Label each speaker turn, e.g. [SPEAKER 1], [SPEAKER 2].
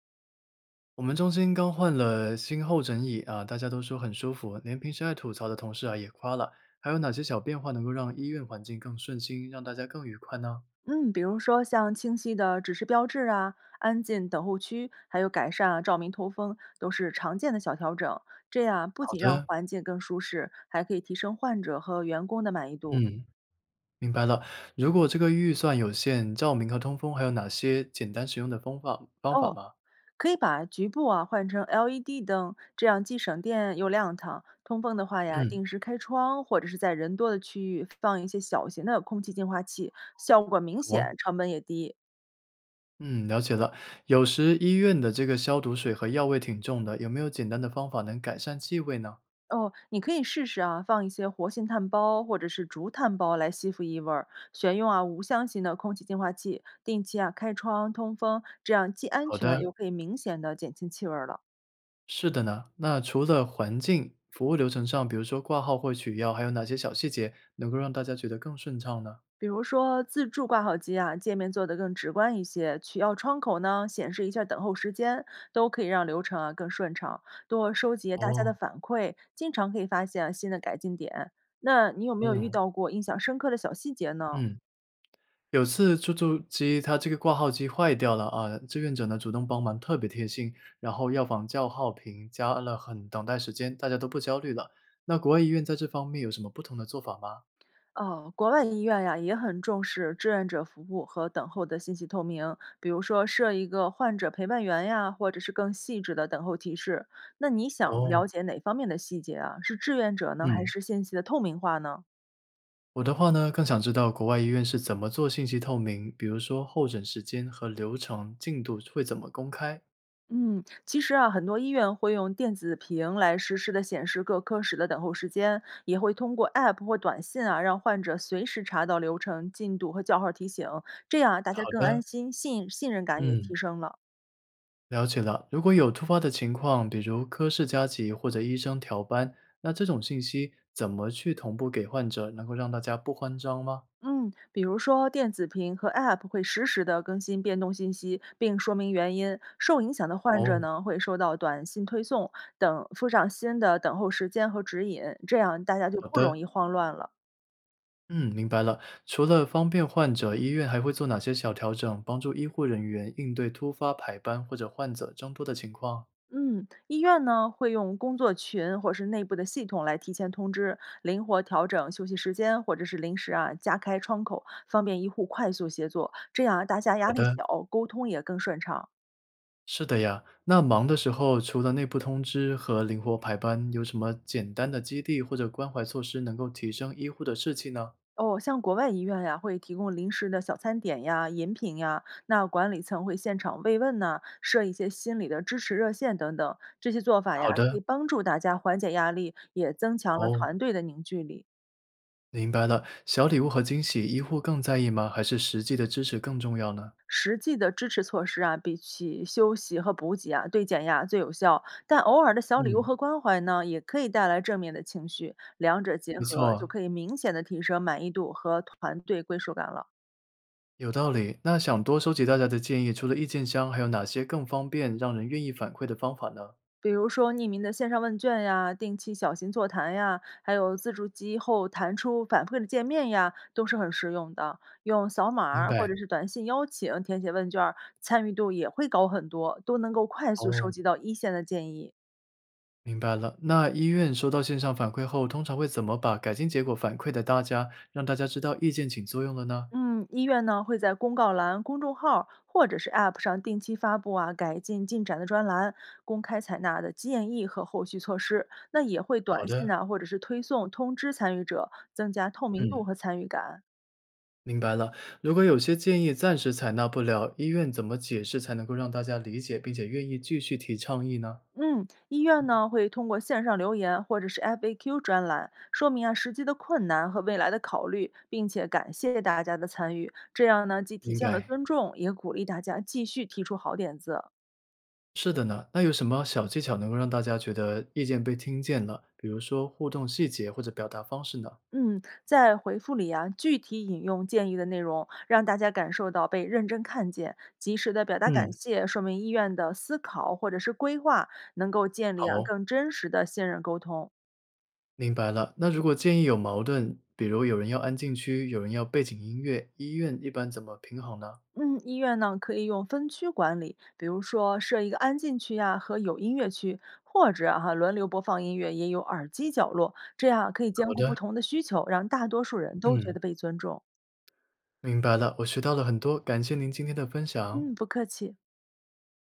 [SPEAKER 1] 我们中心刚换了新后枕椅啊，大家都说很舒服，连平时爱吐槽的同事啊也夸了。还有哪些小变化能够让医院环境更顺心，让大家更愉快呢？
[SPEAKER 2] 嗯，比如说像清晰的指示标志啊、安静等候区，还有改善啊照明通风，都是常见的小调整。这样不
[SPEAKER 1] 好
[SPEAKER 2] 仅让
[SPEAKER 1] 的，
[SPEAKER 2] 环境更舒适，还可以提升患者和员工的满意度。
[SPEAKER 1] 嗯，明白了。如果这个预算有限，照明和通风还有哪些简单实用的方法
[SPEAKER 2] 哦，
[SPEAKER 1] 吗？
[SPEAKER 2] 可以把局部啊换成 LED 灯，这样既省电又亮堂。通风的话呀，
[SPEAKER 1] 嗯，
[SPEAKER 2] 定时开窗或者是在人多的区域放一些小型的空气净化器，效果明
[SPEAKER 1] 好哦
[SPEAKER 2] 显，成本也低。
[SPEAKER 1] 嗯，了解了。有时医院的这个消毒水和药味挺重的，有没有简单的方法能改善气味呢？
[SPEAKER 2] 哦，你可以试试啊，放一些活性炭包或者是竹炭包来吸附异味儿，选用啊无香型的空气净化器，定期啊开窗通风，这样既安
[SPEAKER 1] 好
[SPEAKER 2] 全
[SPEAKER 1] 的。
[SPEAKER 2] 又可以明显的减轻气味儿了。
[SPEAKER 1] 是的呢，那除了环境、服务流程上，比如说挂号或取药，还有哪些小细节能够让大家觉得更顺畅呢？
[SPEAKER 2] 比如说自助挂号机啊，界面做得更直观一些，取药窗口呢显示一下等候时间，都可以让流程啊更顺畅。多收集大家的
[SPEAKER 1] 哦，
[SPEAKER 2] 反馈，经常可以发现啊新的改进点。那你有没有遇
[SPEAKER 1] 嗯
[SPEAKER 2] 到过印象深刻的小细节呢？
[SPEAKER 1] 嗯，有次出租机它这个挂号机坏掉了啊，志愿者呢主动帮忙，特别贴心，然后药房叫号屏加了很等待时间，大家都不焦虑了。那国外医院在这方面有什么不同的做法吗？
[SPEAKER 2] 哦，国外医院呀也很重视志愿者服务和等候的信息透明，比如说设一个患者陪伴员呀，或者是更细致的等候提示。那你想
[SPEAKER 1] 哦，
[SPEAKER 2] 了解哪方面的细节啊？是志愿者呢，还
[SPEAKER 1] 嗯，
[SPEAKER 2] 是信息的透明化呢？
[SPEAKER 1] 我的话呢，更想知道国外医院是怎么做信息透明，比如说候诊时间和流程进度会怎么公开？
[SPEAKER 2] 嗯，其实啊，很多医院会用电子屏来实时的显示各科室的等候时间，也会通过 App 或短信啊，让患者随时查到流程进度和叫号提醒，这样啊大
[SPEAKER 1] 好
[SPEAKER 2] 家更安
[SPEAKER 1] 的，
[SPEAKER 2] 心，信任感也提
[SPEAKER 1] 嗯，
[SPEAKER 2] 升了。
[SPEAKER 1] 了解了。如果有突发的情况，比如科室加急或者医生调班，那这种信息怎么去同步给患者，能够让大家不慌张吗？
[SPEAKER 2] 嗯，比如说电子屏和 App 会实时的更新变动信息，并说明原因。受影响的患者
[SPEAKER 1] 哦，
[SPEAKER 2] 呢，会收到短信推送等附上新的等候时间和指引，这样大家就
[SPEAKER 1] 好
[SPEAKER 2] 不
[SPEAKER 1] 的，
[SPEAKER 2] 容易慌乱了。
[SPEAKER 1] 嗯，明白了。除了方便患者，医院还会做哪些小调整，帮助医护人员应对突发排班或者患者增多的情况？
[SPEAKER 2] 嗯，医院呢会用工作群或是内部的系统来提前通知，灵活调整休息时间，或者是临时啊加开窗口，方便医护快速协作。这样大家
[SPEAKER 1] 好
[SPEAKER 2] 压力
[SPEAKER 1] 的，
[SPEAKER 2] 小，沟通也更顺畅。
[SPEAKER 1] 是的呀。那忙的时候，除了内部通知和灵活排班，有什么简单的激励或者关怀措施能够提升医护的士气呢？
[SPEAKER 2] 哦，像国外医院呀，会提供临时的小餐点呀、饮品呀，那管理层会现场慰问呐、设一些心理的支持热线等等，这些做法
[SPEAKER 1] 好
[SPEAKER 2] 呀，可
[SPEAKER 1] 的，
[SPEAKER 2] 以帮助大家缓解压力，也增强了
[SPEAKER 1] 哦，
[SPEAKER 2] 团队的凝聚力。
[SPEAKER 1] 明白了。小礼物和惊喜，医护更在意吗？还是实际的支持更重要呢？
[SPEAKER 2] 实际的支持措施啊，比起休息和补给啊，对减压最有效。但偶尔的小礼物
[SPEAKER 1] 嗯，
[SPEAKER 2] 和关怀呢，也可以带来正面的情绪，两者结
[SPEAKER 1] 没
[SPEAKER 2] 合就
[SPEAKER 1] 错，
[SPEAKER 2] 可以明显的提升满意度和团队归属感了。
[SPEAKER 1] 有道理。那想多收集大家的建议，除了意见箱，还有哪些更方便让人愿意反馈的方法呢？
[SPEAKER 2] 比如说匿名的线上问卷呀，定期小型座谈呀，还有自助机后弹出反馈的界面呀，都是很实用的。用扫码
[SPEAKER 1] 明
[SPEAKER 2] 儿或
[SPEAKER 1] 白。
[SPEAKER 2] 者是短信邀请填写问卷儿，参与度也会高很多，都能够快速收
[SPEAKER 1] 哦，
[SPEAKER 2] 集到一线的建议。
[SPEAKER 1] 明白了。那医院收到线上反馈后，通常会怎么把改进结果反馈给大家，让大家知道意见起作用了呢？
[SPEAKER 2] 嗯，医院呢会在公告栏、公众号儿或者是 App 上定期发布啊改进进展的专栏，公开采纳的建议和后续措施。那也会
[SPEAKER 1] 好
[SPEAKER 2] 短信
[SPEAKER 1] 的，
[SPEAKER 2] 呐、或者是推送通知参与者，增加透明度
[SPEAKER 1] 嗯，
[SPEAKER 2] 和参与感。
[SPEAKER 1] 明白了。如果有些建议暂时采纳不了，医院怎么解释才能够让大家理解，并且愿意继续提倡议呢？
[SPEAKER 2] 嗯，医院呢会通过线上留言或者是 FAQ 专栏说明啊实际的困难和未来的考虑，并且感谢大家的参与。这样呢既体
[SPEAKER 1] 明
[SPEAKER 2] 现了
[SPEAKER 1] 白，
[SPEAKER 2] 尊重，也鼓励大家继续提出好点子。
[SPEAKER 1] 是的呢。那有什么小技巧能够让大家觉得意见被听见了？比如说互动细节或者表达方式呢？
[SPEAKER 2] 嗯，在回复里啊具体引用建议的内容，让大家感受到被认真看见，及时的表达感
[SPEAKER 1] 嗯，
[SPEAKER 2] 谢，说明医院的思考或者是规划能够建
[SPEAKER 1] 好
[SPEAKER 2] 立啊
[SPEAKER 1] 哦
[SPEAKER 2] 更真实的信任沟通。
[SPEAKER 1] 明白了。那如果建议有矛盾，比如有人要安静区，有人要背景音乐，医院一般怎么平衡呢？
[SPEAKER 2] 嗯，医院呢可以用分区管理，比如说设一个安静区呀、和有音乐区，或者哈、轮流播放音乐，也有耳机角落，这样可以
[SPEAKER 1] 好
[SPEAKER 2] 兼顾不
[SPEAKER 1] 的，
[SPEAKER 2] 同的需求，让大多数人都觉
[SPEAKER 1] 嗯，
[SPEAKER 2] 得被尊重。
[SPEAKER 1] 明白了，我学到了很多，感谢您今天的分享。
[SPEAKER 2] 嗯，不客气。